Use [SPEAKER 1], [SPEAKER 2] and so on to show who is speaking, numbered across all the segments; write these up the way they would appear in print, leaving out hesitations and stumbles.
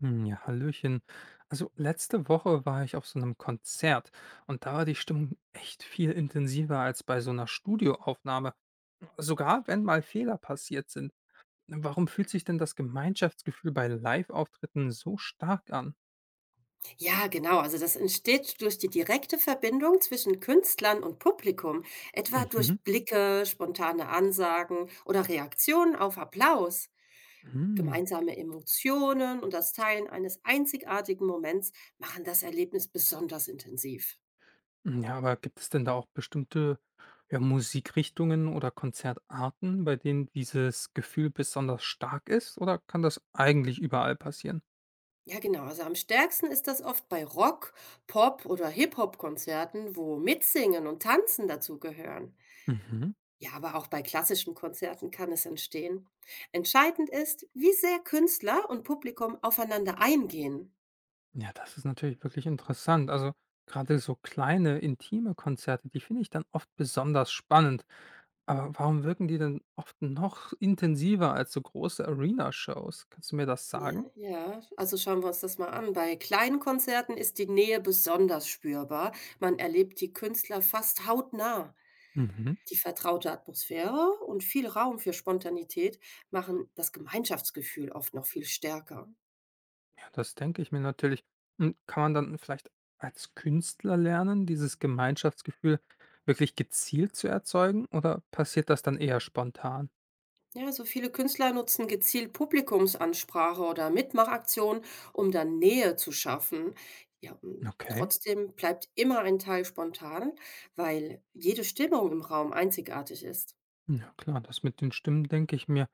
[SPEAKER 1] Hm, ja, Hallöchen. Also letzte Woche war ich auf so einem Konzert und da war die Stimmung echt viel intensiver als bei so einer Studioaufnahme, sogar wenn mal Fehler passiert sind. Warum fühlt sich denn das Gemeinschaftsgefühl bei Live-Auftritten so stark an?
[SPEAKER 2] Ja, genau. Also das entsteht durch die direkte Verbindung zwischen Künstlern und Publikum, etwa
[SPEAKER 1] Mhm.
[SPEAKER 2] durch Blicke, spontane Ansagen oder Reaktionen auf Applaus.
[SPEAKER 1] Mhm.
[SPEAKER 2] Gemeinsame Emotionen und das Teilen eines einzigartigen Moments machen das Erlebnis besonders intensiv.
[SPEAKER 1] Ja, aber gibt es denn da auch bestimmte, ja, Musikrichtungen oder Konzertarten, bei denen dieses Gefühl besonders stark ist oder kann das eigentlich überall passieren?
[SPEAKER 2] Ja, genau. Also am stärksten ist das oft bei Rock, Pop oder Hip-Hop-Konzerten, wo Mitsingen und Tanzen dazugehören. Ja, aber auch bei klassischen Konzerten kann es entstehen. Entscheidend ist, wie sehr Künstler und Publikum aufeinander eingehen.
[SPEAKER 1] Ja, das ist natürlich wirklich interessant. Also gerade so kleine, intime Konzerte, die finde ich dann oft besonders spannend. Aber warum wirken die denn oft noch intensiver als so große Arena-Shows? Kannst du mir das
[SPEAKER 2] Ja,
[SPEAKER 1] sagen?
[SPEAKER 2] ja, also schauen wir uns das mal an. Bei kleinen Konzerten ist die Nähe besonders spürbar. Man erlebt die Künstler fast hautnah.
[SPEAKER 1] Mhm.
[SPEAKER 2] Die vertraute Atmosphäre und viel Raum für Spontanität machen das Gemeinschaftsgefühl oft noch viel stärker.
[SPEAKER 1] Ja, das denke ich mir natürlich. Und kann man dann vielleicht als Künstler lernen, dieses Gemeinschaftsgefühl wirklich gezielt zu erzeugen? Oder passiert das dann eher spontan?
[SPEAKER 2] Ja, so viele Künstler nutzen gezielt Publikumsansprache oder Mitmachaktionen, um dann Nähe zu schaffen. Ja, und
[SPEAKER 1] Okay.
[SPEAKER 2] trotzdem bleibt immer ein Teil spontan, weil jede Stimmung im Raum einzigartig ist.
[SPEAKER 1] Ja klar, das mit den Stimmen denke ich mir.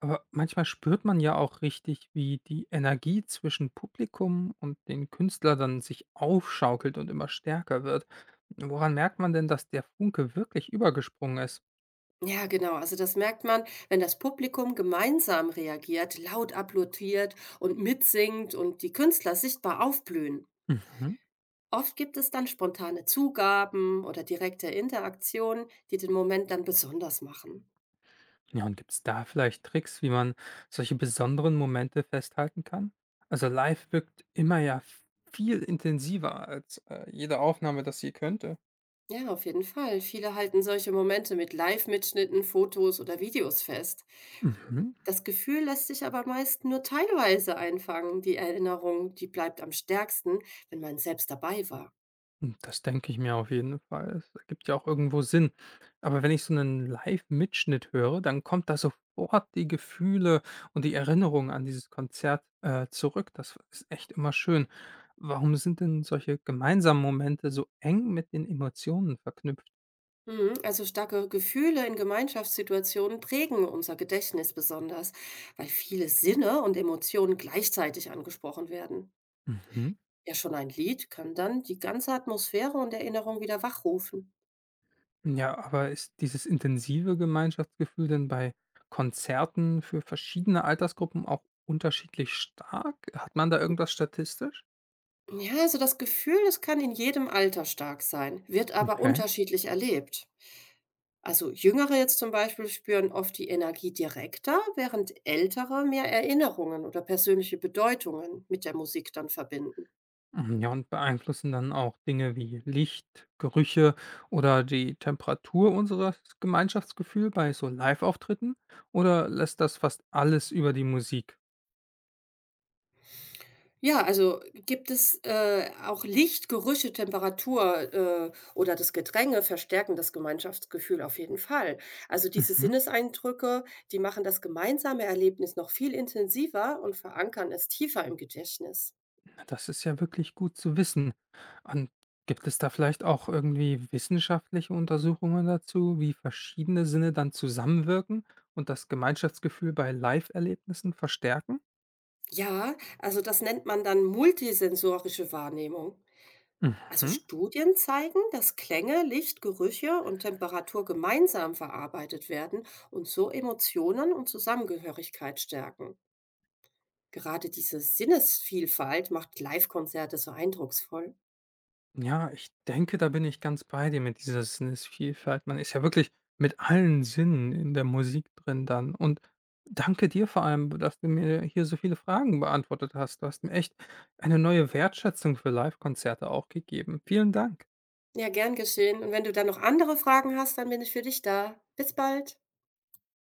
[SPEAKER 1] Aber manchmal spürt man ja auch richtig, wie die Energie zwischen Publikum und den Künstler dann sich aufschaukelt und immer stärker wird. Woran merkt man denn, dass der Funke wirklich übergesprungen ist?
[SPEAKER 2] Ja, genau. Also das merkt man, wenn das Publikum gemeinsam reagiert, laut applaudiert und mitsingt und die Künstler sichtbar aufblühen.
[SPEAKER 1] Mhm.
[SPEAKER 2] Oft gibt es dann spontane Zugaben oder direkte Interaktionen, die den Moment dann besonders machen.
[SPEAKER 1] Ja, und gibt es da vielleicht Tricks, wie man solche besonderen Momente festhalten kann? Also live wirkt immer ja viel intensiver als jede Aufnahme, das sie könnte.
[SPEAKER 2] Ja, auf jeden Fall. Viele halten solche Momente mit Live-Mitschnitten, Fotos oder Videos fest.
[SPEAKER 1] Mhm.
[SPEAKER 2] Das Gefühl lässt sich aber meist nur teilweise einfangen. Die Erinnerung, die bleibt am stärksten, wenn man selbst dabei war.
[SPEAKER 1] Hm, das denke ich mir auf jeden Fall. Es ergibt ja auch irgendwo Sinn. Aber wenn ich so einen Live-Mitschnitt höre, dann kommt da sofort die Gefühle und die Erinnerung an dieses Konzert zurück. Das ist echt immer schön. Warum sind denn solche gemeinsamen Momente so eng mit den Emotionen verknüpft?
[SPEAKER 2] Mhm. Also starke Gefühle in Gemeinschaftssituationen prägen unser Gedächtnis besonders, weil viele Sinne und Emotionen gleichzeitig angesprochen werden.
[SPEAKER 1] Mhm.
[SPEAKER 2] Ja, schon ein Lied kann dann die ganze Atmosphäre und Erinnerung wieder wachrufen.
[SPEAKER 1] Ja, aber ist dieses intensive Gemeinschaftsgefühl denn bei Konzerten für verschiedene Altersgruppen auch unterschiedlich stark? Hat man da irgendwas statistisch?
[SPEAKER 2] Ja, also das Gefühl, es kann in jedem Alter stark sein, wird aber
[SPEAKER 1] Okay.
[SPEAKER 2] unterschiedlich erlebt. Also Jüngere jetzt zum Beispiel spüren oft die Energie direkter, während Ältere mehr Erinnerungen oder persönliche Bedeutungen mit der Musik dann verbinden.
[SPEAKER 1] Mhm, ja, und beeinflussen dann auch Dinge wie Licht, Gerüche oder die Temperatur unseres Gemeinschaftsgefühl bei so Live-Auftritten? Oder lässt das fast alles über die Musik?
[SPEAKER 2] Ja, also gibt es auch Licht, Gerüche, Temperatur oder das Gedränge verstärken das Gemeinschaftsgefühl auf jeden Fall. Also diese
[SPEAKER 1] Mhm.
[SPEAKER 2] Sinneseindrücke, die machen das gemeinsame Erlebnis noch viel intensiver und verankern es tiefer im Gedächtnis.
[SPEAKER 1] Das ist ja wirklich gut zu wissen. Und gibt es da vielleicht auch irgendwie wissenschaftliche Untersuchungen dazu, wie verschiedene Sinne dann zusammenwirken und das Gemeinschaftsgefühl bei Live-Erlebnissen verstärken?
[SPEAKER 2] Ja, also das nennt man dann multisensorische Wahrnehmung. Also
[SPEAKER 1] Mhm.
[SPEAKER 2] Studien zeigen, dass Klänge, Licht, Gerüche und Temperatur gemeinsam verarbeitet werden und so Emotionen und Zusammengehörigkeit stärken. Gerade diese Sinnesvielfalt macht Live-Konzerte so eindrucksvoll.
[SPEAKER 1] Ja, ich denke, da bin ich ganz bei dir mit dieser Sinnesvielfalt. Man ist ja wirklich mit allen Sinnen in der Musik drin dann. Und danke dir vor allem, dass du mir hier so viele Fragen beantwortet hast. Du hast mir echt eine neue Wertschätzung für Live-Konzerte auch gegeben. Vielen Dank.
[SPEAKER 2] Ja, gern geschehen. Und wenn du dann noch andere Fragen hast, dann bin ich für dich da. Bis bald.